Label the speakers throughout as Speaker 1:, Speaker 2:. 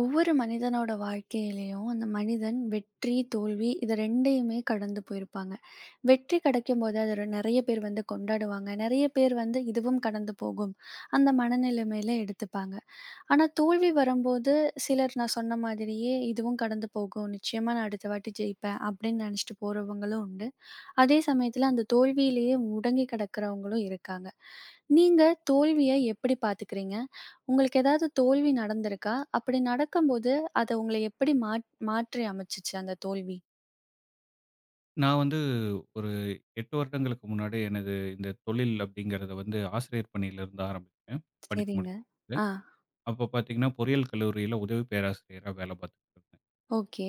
Speaker 1: ஒவ்வொரு மனிதனோட வாழ்க்கையிலயும், அந்த மனிதன் வெற்றி, தோல்வி இது 2யுமே கடந்து போயிருப்பாங்க. வெற்றி கிடைக்கும்போது அத ஒரு நெறைய பேர் வந்து கொண்டாடுவாங்க. நெறைய பேர் வந்து இதுவும் கடந்து போகும், அந்த மனநிலைமையில எடுத்துப்பாங்க. ஆனா தோல்வி வரும்போது சிலர் நான் சொன்ன மாதிரியே இதுவும் கடந்து போகும், நிச்சயமா நான் அடுத்த வாட்டி ஜெயிப்பேன் அப்படின்னு நெனைச்சிட்டு போறவங்களும் உண்டு. அதே சமயத்துல அந்த தோல்வியிலேயே முடங்கி கிடக்கிறவங்களும் இருக்காங்க. நீங்க தோல்விய எப்படி பார்த்துக்கிறீங்க? உங்களுக்கு ஏதாவது தோல்வி நடந்திருக்கா? அப்படி நடக்கும்போது, அது உங்கள எப்படி மாற்றி அமைச்சுச்சு அந்த தோல்வி?
Speaker 2: நான் வந்து ஒரு 8 வருடங்களுக்கு முன்னாடி எனது இந்த தொழில் அப்படிங்கிறத வந்து ஆசிரியர் பணியிலிருந்து ஆரம்பிச்சேன். படித்து
Speaker 1: சரிங்க.
Speaker 2: முடித்து.
Speaker 1: ஆ.
Speaker 2: அப்போ பார்த்தீங்கன்னா, பொறியியல் கல்லூரியில உதவி பேராசிரியரா வேலை பார்த்துட்டு இருந்தேன்.
Speaker 1: ஓகே.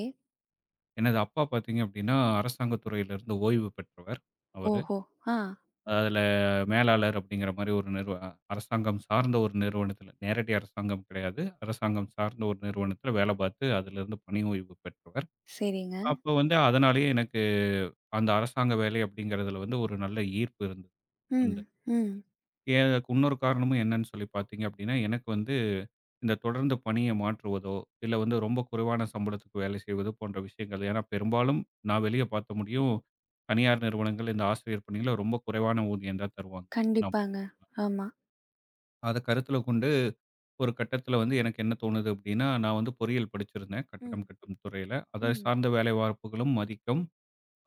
Speaker 2: எனது அப்பா பார்த்தீங்க அப்படின்னா, அரசாங்கத் துறையிலிருந்து ஓய்வு பெற்றவர் அவரு.
Speaker 1: ஓஹோ! ஆ.
Speaker 2: அதில மேலாளர் அப்படிங்கிற மாரி ஒரு அரசாங்கம் சார்ந்த ஒரு நிறுவனத்தில நேரடி அரசாங்கம் கிடையாது. அரசாங்கம் சார்ந்த ஒரு நிறுவனத்தில வேலை பார்த்து அதிலிருந்து பணி ஓய்வு பெற்றவர்.
Speaker 1: சரிங்க.
Speaker 2: அப்போ வந்து அதனாலேயே எனக்கு அந்த அரசாங்க வேலை அப்படிங்கிறதில வந்து ஒரு நல்ல ஈர்ப்பு இருந்தது. அந்த
Speaker 1: ம். ம்.
Speaker 2: ஏன் அதுக்கு இன்னொரு காரணமும் என்னன்னு சொல்லி பார்த்தீங்க அப்படின்னா, எனக்கு வந்து இந்த தொடர்ந்து பணிய மாற்றுவதோ, இல்ல வந்து ரொம்ப குறைவான சம்பளத்துக்கு வேலை செய்வதோ போன்ற விஷயங்கள். ஏன்னா பெரும்பாலும் நான் வெளிய பார்த்த முடியும், தனியார் நிறுவனங்கள் இந்த ஆசிரியர் பணியில ரொம்ப குறைவான ஊதியம் தான் தருவாங்க. நாம
Speaker 1: கண்டிப்பாங்க. ஆமா.
Speaker 2: அத கருத்தில கொண்டு ஒரு கட்டத்தில வந்து எனக்கு என்ன தோணுது அப்படின்னா, நான் வந்து பொறியியல் படிச்சிருந்தேன். கட்டடம்
Speaker 1: ம்.
Speaker 2: கட்டும் துறையில. அதை
Speaker 1: ம்.
Speaker 2: சார்ந்த வேலை வாய்ப்புகளும் மதிக்கும்.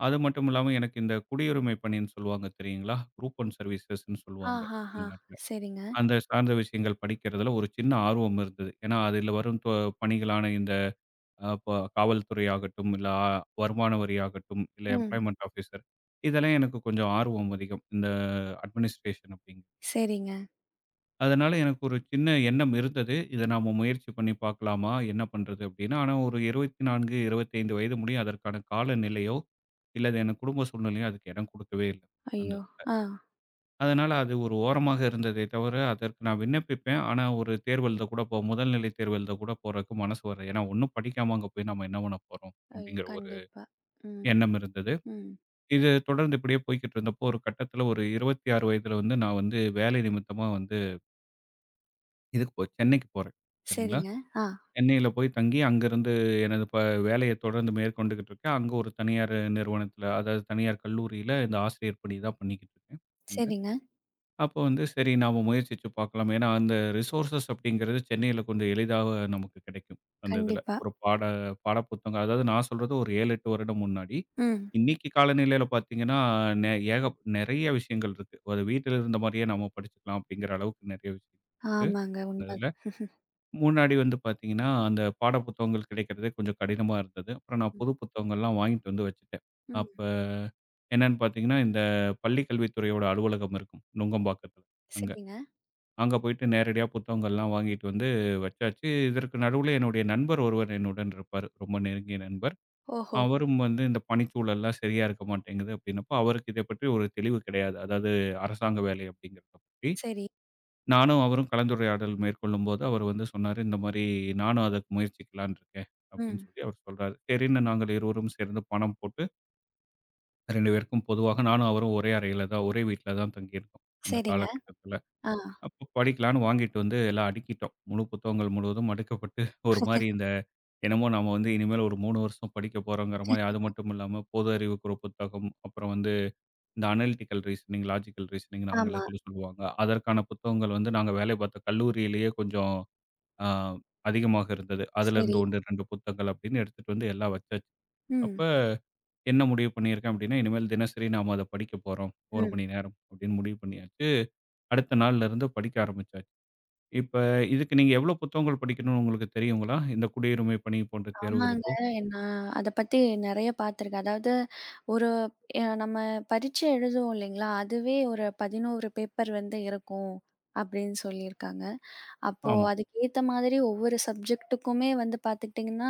Speaker 2: அது மட்டும் இல்லாம எனக்கு இந்த குடியுரிமை பணின்னு சொல்லுவாங்க தெரியுங்களா? குரூப் ஒன் சர்வீசஸ்ன்னு சொல்லுவாங்க.
Speaker 1: ஆஹஹா! சரிங்க.
Speaker 2: அந்த சார்ந்த விஷயங்கள் படிக்கிறதுல ஒரு சின்ன ஆர்வம் இருந்தது. ஏன்னா, அதில வரும் பணிகளான இந்த அ ப காவல்துறை ஆகட்டும், இல்ல வருமான வரி ஆகட்டும், இல்ல
Speaker 1: ம்.
Speaker 2: எம்ப்ளாய்மென்ட் ஆஃபீசர் இதெல்லாம் எனக்கு கொஞ்சம் ஆர்வம் அதிகம். இந்த அட்மினிஸ்ட்ரேஷன் அப்படிங்க.
Speaker 1: சரிங்க.
Speaker 2: அதனால எனக்கு ஒரு சின்ன எண்ணம் இருந்தது. இத நாம முயற்சி பண்ணி பார்க்கலாமா? என்ன பண்றது அப்படின்னு. ஆனா ஒரு 24, 25 வயது முடியும். அதற்கான கால நிலையோ, இல்ல அது என் குடும்ப சூழ்நிலையோ அதுக்கு இடம் குடுக்கவே இல்ல. அந்த
Speaker 1: ஐயோ! ஆ.
Speaker 2: அதனால அது ஒரு ஓரமாக இருந்ததே தவிர, அதற்கு நான் விண்ணப்பிப்பேன். ஆனா, ஒரு தேர்வு எழுதக் கூட முதல்நிலை தேர்வு எழுதக் கூட போறதுக்கு மனசு வராது. ஏன்னா, ஒண்ணும் படிக்காம அங்க போய் நம்ம என்ன பண்ண போறோம்?
Speaker 1: ஐயோ!
Speaker 2: அப்படிங்கிற ஒரு
Speaker 1: கண்டிப்பா. ம்.
Speaker 2: எண்ணம் இருந்தது.
Speaker 1: ம்.
Speaker 2: இது தொடர்ந்து இப்படியே போய்க்கிட்டு இருந்தப்போ, ஒரு கட்டத்தில ஒரு 26 வயதில வந்து நான் வந்து வேலை நிமித்தமா வந்து இதுக்கு போ சென்னைக்கு போறேன். சரிங்களா?
Speaker 1: சரிங்க. ஆ.
Speaker 2: சென்னையில போய் தங்கி அங்கிருந்து எனது ப வேலைய தொடர்ந்து மேற்கொண்டுகிட்டு இருக்கேன். அங்க ஒரு தனியார் நிறுவனத்தில, அதாவது தனியார் கல்லூரியில இந்த ஆசிரியர் பணி தான் பண்ணிக்கிட்டு இருக்கேன். அங்க.
Speaker 1: சரிங்க.
Speaker 2: அப்போ வந்து சரி நாம முயற்சிச்சு பார்க்கலாம். ஏன்னா, அந்த ரிசோர்ஸஸ் அப்படிங்கிறது சென்னையில கொஞ்சம் எளிதாக நமக்கு கிடைக்கும். அந்த இதில
Speaker 1: கண்டிப்பா.
Speaker 2: ஒரு பாட பாட புத்தகம் அதாவது நான் சொல்றது ஒரு 7, 8 வருடம் முன்னாடி.
Speaker 1: ம்.
Speaker 2: இன்னைக்கு காலநிலையில பார்த்தீங்கன்னா, நெ ஏக நிறைய விஷயங்கள் இருக்கு. ஒரு வீட்டில இருந்த மாரியே நம்ம படிச்சுக்கலாம் அப்படிங்கிற அளவுக்கு நிறைய விஷயம் இருக்கு
Speaker 1: ஆமாங்க.
Speaker 2: இந்த
Speaker 1: உண்ம.
Speaker 2: இதில. முன்னாடி வந்து பார்த்தீங்கன்னா, அந்த பாட புத்தகங்கள் கிடைக்கிறதே கொஞ்சம் கடினமா இருந்தது. அப்புறம் நான்
Speaker 1: ம்.
Speaker 2: புது புத்தகங்கள்லாம் வாங்கிட்டு வந்து வச்சுட்டேன்.
Speaker 1: ம்.
Speaker 2: அப்ப என்னன்னு பார்த்தீங்கன்னா, இந்த பள்ளிக் கல்வித்துறையோட அலுவலகம் இருக்கும் நுங்கம்பாக்கத்தில. அங்க
Speaker 1: சரிங்க.
Speaker 2: அங்க போயிட்டு நேரடியா புத்தகங்கள்லாம் வாங்கிட்டு வந்து வச்சாச்சு. இதற்கு நடுவுல என்னுடைய நண்பர் ஒருவர் என்னுடன் இருப்பாரு. ரொம்ப நெருங்கிய நண்பர்.
Speaker 1: ஓஹோ!
Speaker 2: அவரும் வந்து இந்த பணிச்சூழல்லாம் சரியா இருக்க மாட்டேங்குது அப்டின்னப்போ, அவருக்கு இத பற்றி ஒரு தெளிவு கிடையாது. அதாவது அரசாங்க வேலை அப்டிங்கிறத பத்தி.
Speaker 1: சரி.
Speaker 2: நானும் அவரும் கலந்துரையாடல் மேற்கொள்ளும்போது அவர் வந்து சொன்னாரு, "இந்த மாரி நானும் அதற்கு முயற்சிக்கலான்னு இருக்கேன்" அப்டின்னு
Speaker 1: ம்.
Speaker 2: சொல்லி அவர் சொல்றாரு. சரின்னு நாங்கள் இருவரும் சேர்ந்து பணம் போட்டு 2 பேருக்கும் பொதுவாக நானும் அவரும் ஒரே அறையில தான் ஒரே வீட்ல தான் தங்கியிருந்தோம் அந்த
Speaker 1: சரிங்க.
Speaker 2: காலகட்டத்துல.
Speaker 1: ஆ.
Speaker 2: அப்போ படிக்கலான்னு வாங்கிட்டு வந்து எல்லாம் அடுக்கிட்டோம். முழு புத்தகங்கள் முழுவதும் அடுக்கப்பட்டு, ஒரு மாரி இந்த என்னமோ நாம வந்து இனிமேல் ஒரு 3 வருஷம் படிக்க போறோங்கிற மாரி, அது மட்டும் இல்லாம பொது அறிவுக்கு ஒரு புத்தகம், அப்புறம் வந்து இந்த அனலிட்டிக்கல் ரீசனிங், லாஜிக்கல் ரீசனிங்னு
Speaker 1: ஆமா.
Speaker 2: ஆங்கிலத்தில சொல்லுவாங்க. அதற்கான புத்தகங்கள் வந்து நாங்க வேலை பார்த்த கல்லூரியிலேயே கொஞ்சம் அ அதிகமாக இருந்தது. அதிலருந்து
Speaker 1: சரி.
Speaker 2: 1, 2 புத்தகங்கள் அப்படின்னு எடுத்துட்டு வந்து எல்லாம் வச்சாச்சு. அப்ப
Speaker 1: ம்,
Speaker 2: என்ன முடிவு பண்ணியிருக்கேன் அப்படின்னா, இனிமேல் தினசரி நாம அத படிக்க போறோம். 1
Speaker 1: ம்.
Speaker 2: மணி நேரம் அப்படின்னு முடிவு பண்ணியாச்சு. அடுத்த நாள்லருந்து படிக்க ஆரம்பிச்சாச்சு. இப்ப இதுக்கு நீங்க எவ்ளோ புத்தகங்கள் படிக்கணும்னு உங்களுக்கு தெரியுங்களா? இந்த குடியுரிமை பணி போன்ற
Speaker 1: ஆமாங்க.
Speaker 2: தேர்வுகளுக்கோ?
Speaker 1: நான் அத பத்தி நெறைய பார்த்துருக்கேன். அதாவது ஒரு நம்ம பரீட்சை எழுதுவோம் இல்லைங்களா? அதுவே ஒரு 11 பேப்பர் வந்து இருக்கும் அப்படின்னு சொல்லியிருக்காங்க. அப்போ
Speaker 2: ஆமா.
Speaker 1: அதுக்கேத்த மாதிரி ஒவ்வொரு சப்ஜெக்ட்டுக்குமே வந்து பார்த்துக்கிட்டிங்கன்னா,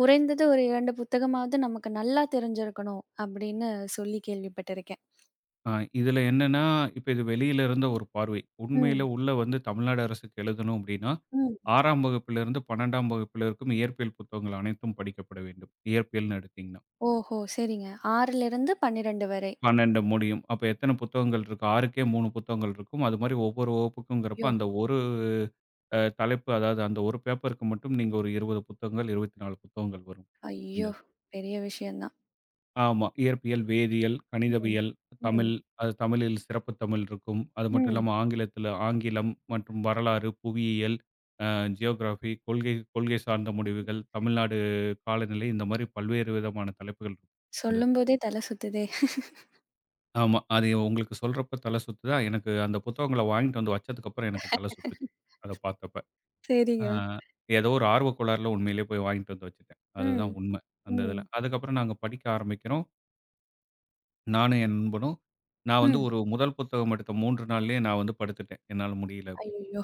Speaker 1: குறைந்தது ஒரு 2 புத்தகமாவது நமக்கு நல்லா தெரிஞ்சிருக்கணும் அப்படின்னு சொல்லி கேள்விப்பட்டிருக்கேன்.
Speaker 2: அ இதுல என்னன்னா, இப்ப இது வெளியில இருந்த ஒரு பார்வை. உண்மையில
Speaker 1: ம்,
Speaker 2: உள்ள வந்து தமிழ்நாடு அரசுக்கு எழுதணும் அப்படின்னா,
Speaker 1: ம்.
Speaker 2: 6ஆம் வகுப்பிலிருந்து 12ஆம் வகுப்பில் இருக்கும் இயற்பியல் புத்தகங்கள் அனைத்தும் படிக்கப்பட வேண்டும். இயற்பியல்னு எடுத்தீங்கன்னா.
Speaker 1: ஓஹோ! சரிங்க. 6லிருந்து 12 வரை.
Speaker 2: 12 முடியும். அப்ப எத்தன புத்தகங்கள் இருக்கு? 6க்கே 3 புத்தகங்கள் இருக்கும். அது மாரி ஒவ்வொரு வகுப்புக்குங்கிறப்ப
Speaker 1: ஐயோ!
Speaker 2: அந்த ஒரு தலைப்பு அதாவது அந்த ஒரு பேப்பருக்கு மட்டும் நீங்க ஒரு 20 புத்தகங்கள், 24 புத்தகங்கள் வரும். இந்த
Speaker 1: ஐயோ! பெரிய விஷயம் தான்.
Speaker 2: ஆமா. இயற்பியல், வேதியியல்,
Speaker 1: ம்,
Speaker 2: கணிதவியல், தமிழ்.
Speaker 1: ம்,
Speaker 2: அது தமிழில் சிறப்பு தமிழ் இருக்கும். அது மட்டும்
Speaker 1: ம்.
Speaker 2: இல்லாம ஆங்கிலத்தில ஆங்கிலம் மற்றும் வரலாறு, புவியியல், அ ஜியோகிராஃபி, கொள்கை கொள்கை சார்ந்த முடிவுகள், தமிழ்நாடு காலநிலை இந்த மாரி பல்வேறு விதமான தலைப்புகள் இருக்கும் இருந்தது.
Speaker 1: சொல்லும்போதே தல சுத்துதே!
Speaker 2: ஆமா. அது உங்களுக்கு சொல்றப்ப தலை சுத்துதா? எனக்கு அந்த புத்தகங்கள வாங்கிட்டு வந்து வச்சதுக்கப்புறம் எனக்கு தலை சுத்துச்சு. அத பார்த்தப்ப. ஆ
Speaker 1: சரிங்க.
Speaker 2: ஏதோ ஒரு ஆர்வக்கோளாறுல உண்மையிலேயே போய் வாங்கிட்டு வந்து வச்சுட்டேன். அதுதான்
Speaker 1: ம்,
Speaker 2: உண்மை. அந்த இதில.
Speaker 1: ம்,
Speaker 2: அதுக்கப்புறம் நாங்க படிக்க ஆரம்பிக்கிறோம். நானும் என் நண்பனும், நான் வந்து
Speaker 1: ம்.
Speaker 2: ஒரு முதல் புத்தகம் எடுத்த 3 நாள்லயே நான் வந்து படுத்துட்டேன். என்னால முடியல அப்படின்னு.
Speaker 1: ஐயய்யோ!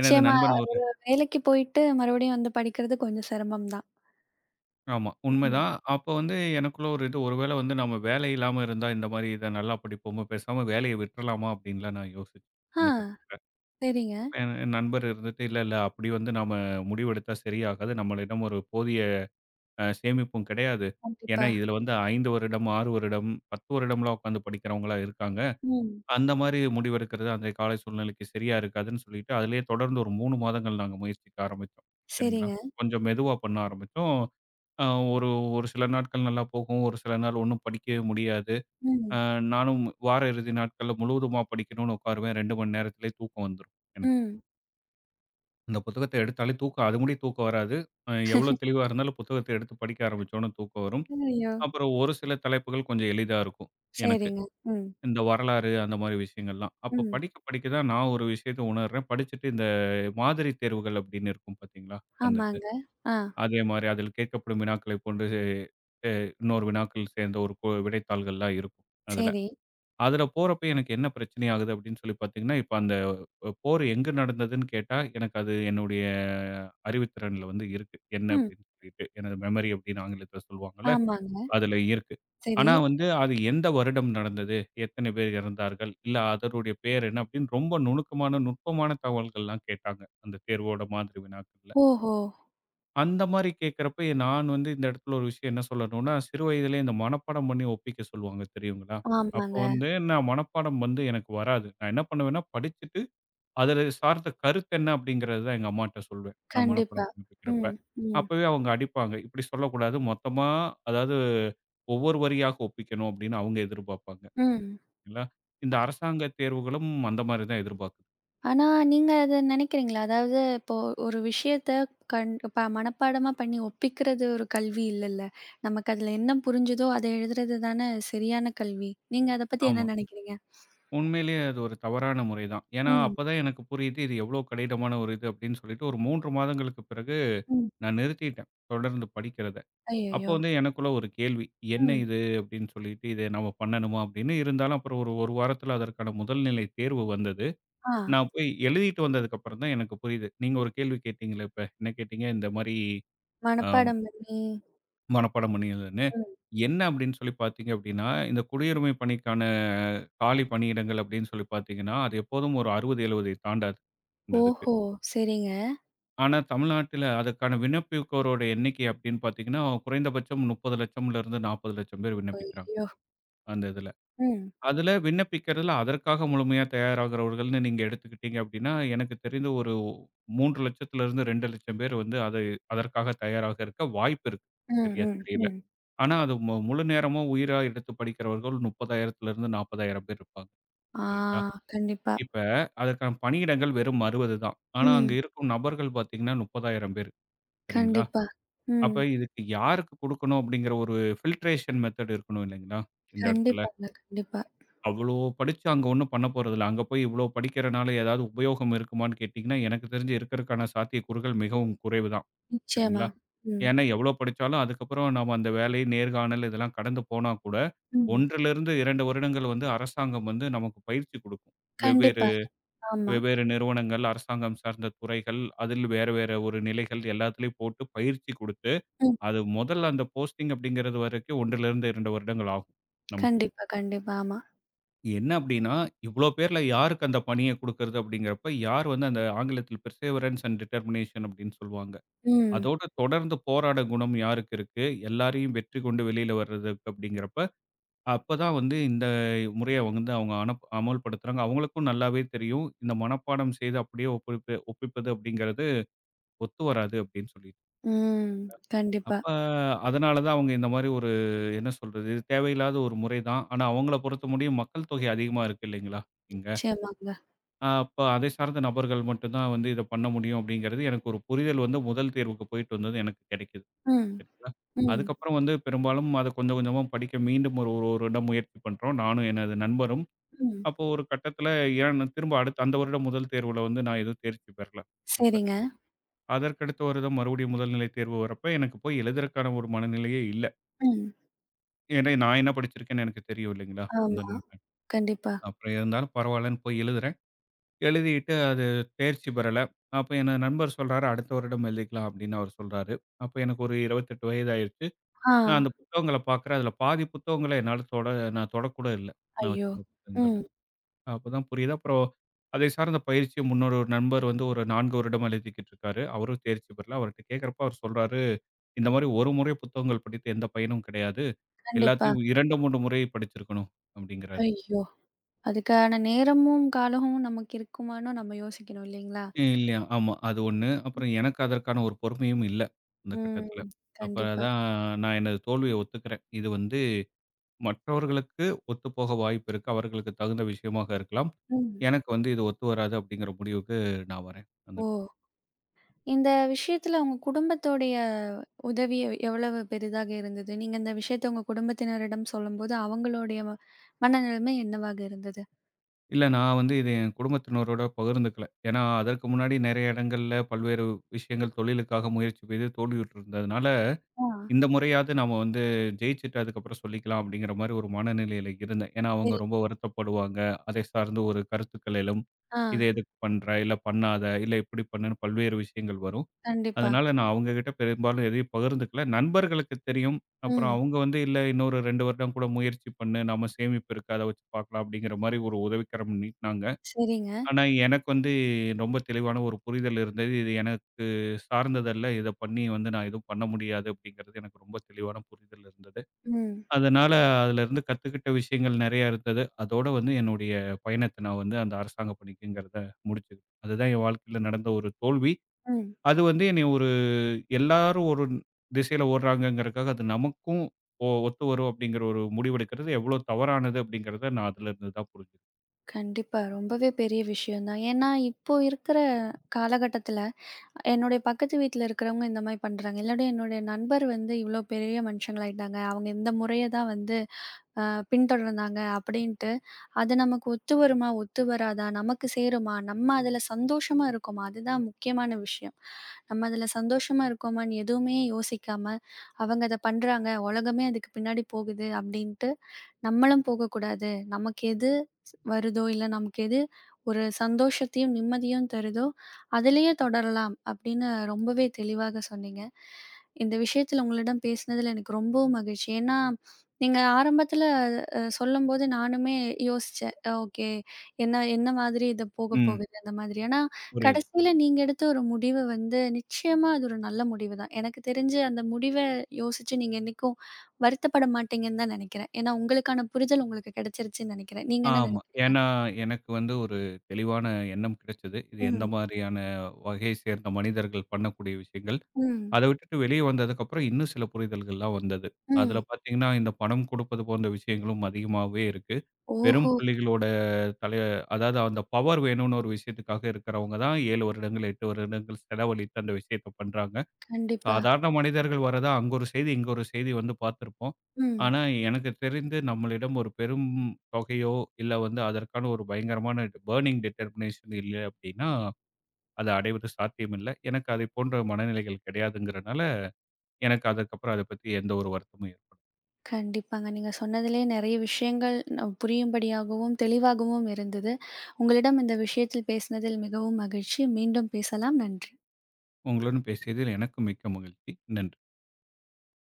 Speaker 2: எனது நண்பன் ஒரு
Speaker 1: வேலைக்கு போயிட்டு மறுபடியும் வந்து படிக்கிறது கொஞ்சம் சிரமம் தான்.
Speaker 2: ஆமா
Speaker 1: ம்.
Speaker 2: உண்மைதான். அப்ப வந்து எனக்குள்ள ஒரு இது ஒருவேளை வந்து நம்ம வேலை இல்லாம இருந்தா இந்த மாரி இத நல்லா படிப்போமா? பேசாம வேலைய விட்டுறலாமா? அப்படின்லாம் நான் யோசிச்சேன்
Speaker 1: ஆ,
Speaker 2: அந்த கட்டத்துல.
Speaker 1: சரிங்க.
Speaker 2: அப்ப என் என் நண்பர் இருந்துட்டு இல்ல, இல்ல அப்படி வந்து நாம முடிவெடுத்தா சரியாகாது. நம்மளிடம் ஒரு போதிய சேமிப்பும் கிடையாது. ஏன்னா,
Speaker 1: கண்டிப்பா.
Speaker 2: இதுல வந்து 5 வருடம், 6 வருடம், 10 வருடம்லாம் உட்காந்து படிக்கிறவங்களா இருக்காங்க.
Speaker 1: ம்.
Speaker 2: அந்த மாரி முடிவெடுக்கிறது அன்றைய காலை சூழ்நிலைக்கு சரியா இருக்காதுன்னு சொல்லிட்டு, அதிலேயே தொடர்ந்து ஒரு 3 மாதங்கள் நாங்க முயற்சிக்க ஆரம்பிச்சோம். சரிங்களா?
Speaker 1: சரிங்க.
Speaker 2: கொஞ்சம் மெதுவா பண்ண ஆரம்பிச்சோம். அ ஒரு ஒரு சில நாட்கள் நல்லா போகும். ஒரு சில நாள் ஒண்ணும் படிக்கவே முடியாது. அ
Speaker 1: ம்,
Speaker 2: நானும் வார இறுதி நாட்கள்ல முழுவதுமா படிக்கணும்னு உட்காருவேன். 2 மணி நேரத்திலேயே தூக்கம் வந்துரும் எனக்கு.
Speaker 1: ம்.
Speaker 2: அந்த புத்தகத்த எடுத்தாலே தூக்கம் அது முடிய தூக்கம் வராது. எவ்வளோ தெளிவா இருந்தாலும் புத்தகத்த எடுத்து படிக்க ஆரம்பிச்சோனே தூக்கம் வரும்.
Speaker 1: ஐயோ!
Speaker 2: அப்புறம் ஒரு சில தலைப்புகள் கொஞ்சம் எளிதா இருக்கும் எனக்கு.
Speaker 1: சரிங்க. ம்,
Speaker 2: இந்த வரலாறு அந்த மாரி விஷயங்கள்லாம். அப்ப
Speaker 1: ம்.
Speaker 2: படிக்க படிக்க தான் நான் ஒரு விஷயத்த உணர்றேன். படிச்சுட்டு இந்த மாதிரி தேர்வுகள் அப்படின்னு இருக்கும் பார்த்தீங்களா? அந்த இது.
Speaker 1: ஆமாங்க. ஆ,
Speaker 2: அதே மாரி அதில் கேட்கப்படும் வினாக்களைப் போன்று அ இன்னொரு வினாக்கள் சேர்ந்த ஒரு விடைத்தாள்கள்லாம் இருக்கும் அதுல.
Speaker 1: சரி.
Speaker 2: அதுல போறப்ப எனக்கு என்ன பிரச்சனை ஆகுது அப்படின்னு சொல்லி பார்த்தீங்கன்னா, இப்ப அந்த போர் எங்கு நடந்ததுன்னு கேட்டா, எனக்கு அது என்னுடைய அறிவுத்திறன்ல வந்து இருக்கு. என்ன
Speaker 1: ம்.
Speaker 2: அப்படின்னு சொல்லிட்டு. எனது மெமரி அப்படின்னு ஆங்கிலத்துல சொல்லுவாங்கல்ல.
Speaker 1: ஆமாங்க.
Speaker 2: அதுல இருக்கு.
Speaker 1: சரி.
Speaker 2: ஆனா வந்து அது எந்த வருடம் நடந்தது? எத்தன பேர் இறந்தார்கள்? இல்ல அதனுடைய பேர் என்ன? அப்படின்னு ரொம்ப நுணுக்கமான, நுட்பமான தகவல்கள்லாம் கேட்டாங்க. அந்த தேர்வோட மாதிரி வினாக்கள்ல.
Speaker 1: ஓஹோ!
Speaker 2: அந்த மாரி கேட்கிறப்ப நான் வந்து இந்த இடத்துல ஒரு விஷயம் என்ன சொல்லணும்னா, சிறு வயதிலே இந்த மனப்பாடம் பண்ணி ஒப்பிக்க சொல்லுவாங்க தெரியுங்களா? அப்போ
Speaker 1: ஆமாங்க.
Speaker 2: வந்து நான் மனப்பாடம் வந்து எனக்கு வராது. நான் என்ன பண்ணுவேன்னா படிச்சுட்டு அதில சார்ந்த கருத்து என்ன அப்படிங்கிறது தான் எங்க அம்மாட்ட சொல்வேன். நான்
Speaker 1: கண்டிப்பா.
Speaker 2: மனப்பாடம் பண்ணிட்டுருக்கிறப்ப.
Speaker 1: ம், ம்,
Speaker 2: அப்பவே அவங்க அடிப்பாங்க. இப்படி சொல்லக்கூடாது. மொத்தமா அதாவது ஒவ்வொரு வரியாக ஒப்பிக்கணும் அப்படின்னு அவங்க எதிர்பார்ப்பாங்க.
Speaker 1: ம்.
Speaker 2: இல்லைங்களா? இந்த அரசாங்க தேர்வுகளும் அந்த மாரி தான் எதிர்பார்க்குது.
Speaker 1: ஆனா, நீங்க அத நெனைக்கிறீங்களா? அதாவது இப்போ ஒரு விஷயத்த கண் ப மனப்பாடமா பண்ணி ஒப்பிக்கிறது ஒரு கல்வி இல்லல்ல. நமக்கு அதுல என்ன புரிஞ்சுதோ, அத எழுதுறது தானே சரியான கல்வி. நீங்க அத பத்தி என்ன
Speaker 2: ஆமா.
Speaker 1: நெனைக்கிறீங்க?
Speaker 2: உண்மையிலேயே அது ஒரு தவறான முறை தான். ஏன்னா,
Speaker 1: ம்,
Speaker 2: அப்பதான் எனக்கு புரியுது இது எவ்வளோ கடினமான ஒரு இது அப்படின்னு சொல்லிட்டு ஒரு 3 மாதங்களுக்கு பிறகு
Speaker 1: ம்.
Speaker 2: நான் நிறுத்திட்டேன். தொடர்ந்து படிக்கிறத. அப்போ
Speaker 1: ஐயய்யோ!
Speaker 2: வந்து எனக்குள்ள ஒரு கேள்வி. என்ன
Speaker 1: ம்.
Speaker 2: இது? அப்படின்னு சொல்லிட்டு, இத நம்ம பண்ணணுமா? அப்படின்னு. இருந்தாலும் அப்புறம் ஒரு 1 வாரத்தில அதற்கான முதல் நிலை தேர்வு வந்தது.
Speaker 1: ஆ.
Speaker 2: நான் போய் எழுதிட்டு வந்ததுக்கப்புறம் தான் எனக்கு புரியுது. நீங்க ஒரு கேள்வி கேட்டீங்கல்ல இப்ப. என்ன கேட்டீங்க? இந்த மாரி அ
Speaker 1: மனப்பாடம் பண்ணி
Speaker 2: மனப்பாடம் பண்ணியதுன்னு.
Speaker 1: ம்.
Speaker 2: என்ன அப்படின்னு சொல்லி பார்த்தீங்க அப்படின்னா, இந்த குடியுரிமை பணிக்கான காலி பணியிடங்கள் அப்படின்னு சொல்லி பார்த்தீங்கன்னா, அது எப்போதும் ஒரு 60, 70 தாண்டாது இந்த இதுக்கு.
Speaker 1: ஓஹோ! சரிங்க.
Speaker 2: ஆனா தமிழ்நாட்டில அதற்கான விண்ணப்பிப்போரோட எண்ணிக்கை அப்படின்னு பார்த்தீங்கன்னா, குறைந்தபட்சம் 30,00,000 இருந்து 40,00,000 பேர் விண்ணப்பிக்கிறாங்க.
Speaker 1: ஐயோ!
Speaker 2: அந்த இதுல.
Speaker 1: ம்.
Speaker 2: அதுல விண்ணப்பிக்கிறதுல அதற்காக முழுமையா தயாராகிறவர்கள்ன்னு நீங்க எடுத்துக்கிட்டீங்க அப்படின்னா, எனக்கு தெரிந்து ஒரு 3,00,000 2,00,000 பேர் வந்து அதை அதற்காக தயாராக இருக்க வாய்ப்பு இருக்கு.
Speaker 1: ம்,
Speaker 2: சரியா
Speaker 1: ம்,
Speaker 2: தெரியல.
Speaker 1: ம்.
Speaker 2: ஆனா அது முழு நேரமா உயிரா எடுத்து படிக்கிறவர்கள் 30,000 40,000 பேர் இருப்பாங்க.
Speaker 1: ஆ
Speaker 2: சரிங்களா?
Speaker 1: கண்டிப்பா.
Speaker 2: இப்ப அதற்கான பணியிடங்கள் வெறும் 60 தான். ஆனா அங்க
Speaker 1: ம்.
Speaker 2: இருக்கும் நபர்கள் பார்த்தீங்கன்னா 30,000 பேர். சரிங்களா?
Speaker 1: கண்டிப்பா. ம்.
Speaker 2: அப்ப இதுக்கு யாருக்கு குடுக்கணும் அப்படிங்கிற ஒரு ஃபில்ட்ரேஷன் மெத்தட் இருக்கணும் இல்லைங்களா? இந்த இடத்துல.
Speaker 1: கண்டிப்பாங்க, கண்டிப்பா.
Speaker 2: அவ்வளோ படிச்சு அங்க ஒண்ணும் பண்ண போறதில்ல. அங்க போய் இவ்வளோ படிக்கிறனால ஏதாவது உபயோகம் இருக்குமான்னு கேட்டீங்கன்னா, எனக்கு தெரிஞ்சு இருக்கறக்கான சாத்தியக்கூறுகள் மிகவும் குறைவு தான்.
Speaker 1: நிச்சயமா.
Speaker 2: சரிங்களா?
Speaker 1: ம்,
Speaker 2: ஏன்னா எவ்வளோ படிச்சாலும் அதுக்கப்புறம் நாம அந்த வேலை, நேர்காணல் இதெல்லாம் கடந்து போனா கூட
Speaker 1: ம்.
Speaker 2: 1 லிருந்து 2 வருடங்கள் வந்து அரசாங்கம் வந்து நமக்கு பயிற்சி குடுக்கும். வெவ்வேறு
Speaker 1: கண்டிப்பாங்க. ஆமா.
Speaker 2: வெவ்வேறு நிறுவனங்கள், அரசாங்கம் சார்ந்த துறைகள், அதில் வேற வேற ஒரு நிலைகள் எல்லாத்துலயும் போட்டு பயிற்சி குடுத்து,
Speaker 1: ம்.
Speaker 2: அது முதல்ல அந்த போஸ்டிங் அப்படிங்கிறது வரைக்கும் 1 லிருந்து 2 வருடங்கள் ஆகும் நமக்கு.
Speaker 1: கண்டிப்பா, கண்டிப்பா. ஆமா.
Speaker 2: என்ன அப்டின்னா, இவ்ளோ பேர்ல யாருக்கு அந்த பணிய குடுக்கறது அப்படிங்கிறப்ப, யார் வந்து அந்த ஆங்கிலத்தில் பெர்சேவரன்ஸ் அண்ட் டிட்டர்மினேஷன் அப்படின்னு சொல்லுவாங்க.
Speaker 1: ம்,
Speaker 2: அதோட தொடர்ந்து போராட குணம் யாருக்கு இருக்கு? எல்லாரையும் வெற்றி கொண்டு வெளியில வர்றதுக்கு அப்படிங்கிறப்ப, அப்பதான் வந்து இந்த முறைய வந்து அவங்க அமல்படுத்துறாங்க. அவங்களுக்கும் நல்லாவே தெரியும். இந்த மனப்பாடம் செய்து அப்படியே ஒப்பிப்பது அப்படிங்கிறது ஒத்து வராது அப்படின்னு சொல்லிட்டு.
Speaker 1: ம். கண்டிப்பா.
Speaker 2: அப்ப அதனால தான் அவங்க இந்த மாரி ஒரு என்ன சொல்றது? இது தேவையில்லாத ஒரு முறை தான். ஆனா அவங்கள பொறுத்த முடியும் மக்கள் தொகை அதிகமா இருக்கு இல்லைங்களா? இங்க.
Speaker 1: நிச்சயமாங்க.
Speaker 2: அப்ப அதை சார்ந்த நபர்கள் மட்டும் தான் வந்து இத பண்ண முடியும் அப்படிங்கிறது எனக்கு ஒரு புரிதல் வந்து முதல் தேர்வுக்கு போயிட்டு வந்தது எனக்கு கிடைக்குது.
Speaker 1: ம்,
Speaker 2: சரிங்களா?
Speaker 1: ம்,
Speaker 2: அதுக்கப்புறம் வந்து பெரும்பாலும் அத கொஞ்சம் கொஞ்சமா படிக்க மீண்டும் ஒரு ஒரு வருடம் முயற்சி பண்றோம். நானும் எனது நண்பரும்.
Speaker 1: ம்.
Speaker 2: அப்போ ஒரு கட்டத்தில ஏன் திரும்ப அடுத்த அந்த வருடம் முதல் தேர்வுல வந்து நான் எதுவும் தேர்ச்சி பெறல அப்ப.
Speaker 1: சரிங்க.
Speaker 2: அதற்கடுத்த வருடம் மறுபடியும் முதல்நிலை தேர்வு வரப்ப எனக்கு போய் எழுதுறக்கான ஒரு மனநிலையே இல்ல.
Speaker 1: ம்.
Speaker 2: ஏன்னா நான் என்ன படிச்சிருக்கேன்னு எனக்கு தெரியும் இல்லைங்களா? அந்த
Speaker 1: ஆமா.
Speaker 2: நேரத்துல.
Speaker 1: கண்டிப்பா.
Speaker 2: அப்புறம் இருந்தாலும் பரவாயில்லன்னு போய் எழுதுறேன். எழுதிட்டு அது தேர்ச்சி பெறல. அப்ப என் நண்பர் சொல்றாரு, "அடுத்த வருடம் எழுதிக்கலாம்" அப்படின்னு அவர் சொல்றாரு. அப்ப எனக்கு ஒரு 28 வயது ஆயிருச்சு.
Speaker 1: ஆ.
Speaker 2: நான் அந்த புத்தகங்கள பார்க்குறேன். அதில பாதி புத்தகங்கள என்னால நான் தொடக்கூட இல்ல. நான்
Speaker 1: ஐயோ!
Speaker 2: வச்சிருந்த புத்தகங்கள்ல.
Speaker 1: ம்.
Speaker 2: அப்பதான் புரியுது. அப்புறம் அதை சார்ந்த பயிற்சியும் முன்னோரு ஒரு நண்பர் வந்து ஒரு 4 வருடமா எழுதிக்கிட்டு இருக்காரு. அவரும் தேர்ச்சி பெறல. அவர்ட்ட கேட்கிறப்ப அவர் சொல்றாரு, "இந்த மாதிரி ஒரு முறை புத்தகங்கள் படித்து எந்த பயனும் கிடையாது.
Speaker 1: கண்டிப்பா.
Speaker 2: எல்லாத்தையும் 2, 3 முறை படிச்சிருக்கணும்" அப்படிங்கிறாரு.
Speaker 1: ஐயோ! அதுக்கான நேரமும், காலமும் நமக்கு இருக்குமான்னு நம்ம யோசிக்கணும் இல்லைங்களா?
Speaker 2: இல்லையா, ஆமா. அது 1. அப்புறம் எனக்கு அதற்கான ஒரு பொறுமையும் இல்ல, அந்த கட்டத்துல.
Speaker 1: ம்.
Speaker 2: அப்ப
Speaker 1: கண்டிப்பா.
Speaker 2: தான் நான் எனது தோல்விய ஒத்துக்கிறேன். இது வந்து மற்றவர்களுக்கு ஒத்துப்போக வாய்ப்பு இருக்கு. அவர்களுக்கு தகுந்த விஷயமாக இருக்கலாம்.
Speaker 1: ம்.
Speaker 2: எனக்கு வந்து இது ஒத்து வராது அப்படிங்கிற முடிவுக்கு நான் வரேன்.
Speaker 1: ஓ! இந்த விஷயத்துல உங்க குடும்பத்தோடைய உதவி எவ்வளவு பெரிதாக இருந்தது? நீங்க இந்த விஷயத்த உங்க குடும்பத்தினரிடம் சொல்லும்போது அவங்களுடைய மனநிலைமை என்னவாக இருந்தது?
Speaker 2: இல்ல நான் வந்து இது என் குடும்பத்தினரோட பகிர்ந்துக்கல. ஏன்னா, அதற்கு முன்னாடி நெறைய இடங்கள்ல பல்வேறு விஷயங்கள் தொழிலுக்காக முயற்சி செய்து தோல்வியுற்றிருந்ததுனால
Speaker 1: ஆ.
Speaker 2: இந்த முறையாவது நாம வந்து ஜெயிச்சுட்டு அதுக்கப்புறம் சொல்லிக்கலாம் அப்படிங்கிற மாதிரி ஒரு மனநிலையில இருந்தேன். ஏன்னா,
Speaker 1: சரி.
Speaker 2: அவங்க ரொம்ப வருத்தப்படுவாங்க. அதை சார்ந்த ஒரு கருத்துக்களிலும்,
Speaker 1: ஆ
Speaker 2: "இத எதுக்கு பண்ற? இல்ல பண்ணாத. இல்ல இப்படி பண்ணுன்னு" பல்வேறு விஷயங்கள் வரும்.
Speaker 1: கண்டிப்பா.
Speaker 2: அதனால நான் அவங்க கிட்ட பெரும்பாலும் எதையும் பகிர்ந்துக்கல. நண்பர்களுக்கு தெரியும். அப்புறம்
Speaker 1: ம்.
Speaker 2: அவங்க வந்து, "இல்ல இன்னொரு 2 வருடம் கூட முயற்சி பண்ணு. நம்ம சேமிப்பு இருக்கு. அத வச்சு பார்க்கலாம்." அப்படிங்கிற மாதிரி ஒரு உதவிக்கரம் நீட்டினாங்க.
Speaker 1: சரிங்க.
Speaker 2: ஆனா, எனக்கு வந்து ரொம்ப தெளிவான ஒரு புரிதல் இருந்தது. இது எனக்கு சார்ந்ததல்ல. இத பண்ணி வந்து நான் எதுவும் பண்ண முடியாது அப்படிங்கிறது எனக்கு ரொம்ப தெளிவான புரிதல் இருந்தது.
Speaker 1: ம்.
Speaker 2: அதனால அதுலருந்து கத்துக்கிட்ட விஷயங்கள் நெறையா இருந்தது. அதோட வந்து என்னுடைய பயணத்த நான் வந்து அந்த அரசாங்க பணிக்குங்கிறத முடிச்சுக்கிட்டேன். அதுதான் என் வாழ்க்கையில நடந்த ஒரு தோல்வி.
Speaker 1: ம்.
Speaker 2: அது வந்து என்னைய ஒரு எல்லாரும் ஒரு திசையில ஓடுறாங்கங்கிறதுக்காக அது நமக்கும் ஒத்து வரும் அப்படிங்கிற ஒரு முடிவெடுக்கிறது எவ்வளோ தவறானது அப்படிங்கிறத நான் அதுலருந்து தான் புரிஞ்சுது.
Speaker 1: கண்டிப்பா. ரொம்பவே பெரிய விஷயம் தான். ஏன்னா, இப்போ இருக்கிற காலகட்டத்தில என்னுடைய பக்கத்து வீட்ல இருக்கிறவங்க இந்த மாரி பண்றாங்க. இல்லாட்டி என்னுடைய நண்பர் வந்து இவ்ளோ பெரிய மனுஷங்களாயிட்டாங்க. அவங்க இந்த முறைய தான் வந்து அ பின்தொடர்ந்தாங்க அப்படின்ட்டு, அது நமக்கு ஒத்து வருமா? ஒத்து வராதா? நமக்கு சேருமா? நம்ம அதுல சந்தோஷமா இருக்கோமா? அதுதான் முக்கியமான விஷயம். நம்ம அதுல சந்தோஷமா இருக்கோமான்னு எதுவுமே யோசிக்காம, அவங்க அத பண்றாங்க, உலகமே அதுக்கு பின்னாடி போகுது அப்படின்ட்டு நம்மளும் போகக்கூடாது. நமக்கு எது வருதோ, இல்ல நமக்கு எது ஒரு சந்தோஷத்தையும், நிம்மதியும் தருதோ, அதிலேயே தொடரலாம் அப்படின்னு ரொம்பவே தெளிவாக சொன்னீங்க. இந்த விஷயத்துல உங்களிடம் பேசினதுல எனக்கு ரொம்பவும் மகிழ்ச்சி. ஏன்னா, நீங்க ஆரம்பத்துல சொல்லும்போது நானுமே யோசிச்சேன். ஓகே. என்ன என்ன மாதிரி இது போக
Speaker 2: ம்.
Speaker 1: போகுது அந்த மாதிரி. ஆனா,
Speaker 2: புரியுது.
Speaker 1: கடைசியில நீங்க எடுத்த ஒரு முடிவு வந்து நிச்சயமா அது ஒரு நல்ல முடிவு தான். எனக்கு தெரிஞ்சு அந்த முடிவ யோசிச்சு நீங்க இன்னைக்கும் வருத்தப்பட மாட்டீங்கன்னு தான் நெனைக்கிறேன். ஏன்னா உங்களுக்கான புரிதல் உங்களுக்கு கிடைச்சிருச்சுன்னு நெனைக்கிறேன். நீங்க என்ன
Speaker 2: ஆமா.
Speaker 1: நெனைக்கிறீங்க?
Speaker 2: ஏன்னா, எனக்கு வந்து ஒரு தெளிவான எண்ணம் கிடைச்சது. இது எந்த
Speaker 1: ம்.
Speaker 2: மாதிரியான வகையை சேர்ந்த மனிதர்கள் பண்ணக்கூடிய விஷயங்கள்.
Speaker 1: ம்.
Speaker 2: அத விட்டுட்டு வெளிய வந்ததுக்கப்புறம் இன்னும் சில புரிதல்கள்லாம் வந்தது. அதுல
Speaker 1: ம்.
Speaker 2: பார்த்தீங்கன்னா, இந்த பணம் கொடுப்பது போன்ற விஷயங்களும் அதிகமாவே இருக்கு. வெறும்
Speaker 1: ஓஹோ!
Speaker 2: புள்ளிகளோட தலை அதாவது அந்த பவர் வேணும்னு ஒரு விஷயத்துக்காக இருக்கிறவங்க தான் 7 வருடங்கள், 8 வருடங்கள் செலவழித்து அந்த விஷயத்த பண்றாங்க.
Speaker 1: கண்டிப்பா.
Speaker 2: சாதாரண மனிதர்கள் வரதா அங்க ஒரு செய்தி, இங்க ஒரு செய்தி வந்து பார்த்திருப்போம்.
Speaker 1: ம்.
Speaker 2: ஆனா, எனக்கு தெரிந்து நம்மளிடம் ஒரு பெரும் தொகையோ, இல்ல வந்து அதற்கான ஒரு பயங்கரமான பர்னிங் டிட்டர்மினேஷன் இல்ல அப்படின்னா, அத அடைவது சாத்தியம் இல்ல. எனக்கு அதை போன்ற மனநிலைகள் கிடையாதுங்கிறனால, எனக்கு அதுக்கப்புறம் அத பத்தி எந்த ஒரு வருத்தமும் ஏற்படல.
Speaker 1: கண்டிப்பாங்க. நீங்க சொன்னதிலே நெறைய விஷயங்கள் புரியும்படியாகவும், தெளிவாகவும் இருந்தது. உங்களிடம் இந்த விஷயத்தில் பேசினதில் மிகவும் மகிழ்ச்சி. மீண்டும் பேசலாம். நன்றி.
Speaker 2: உங்களுடன் பேசியதில் எனக்கு மிக்க மகிழ்ச்சி. நன்றி.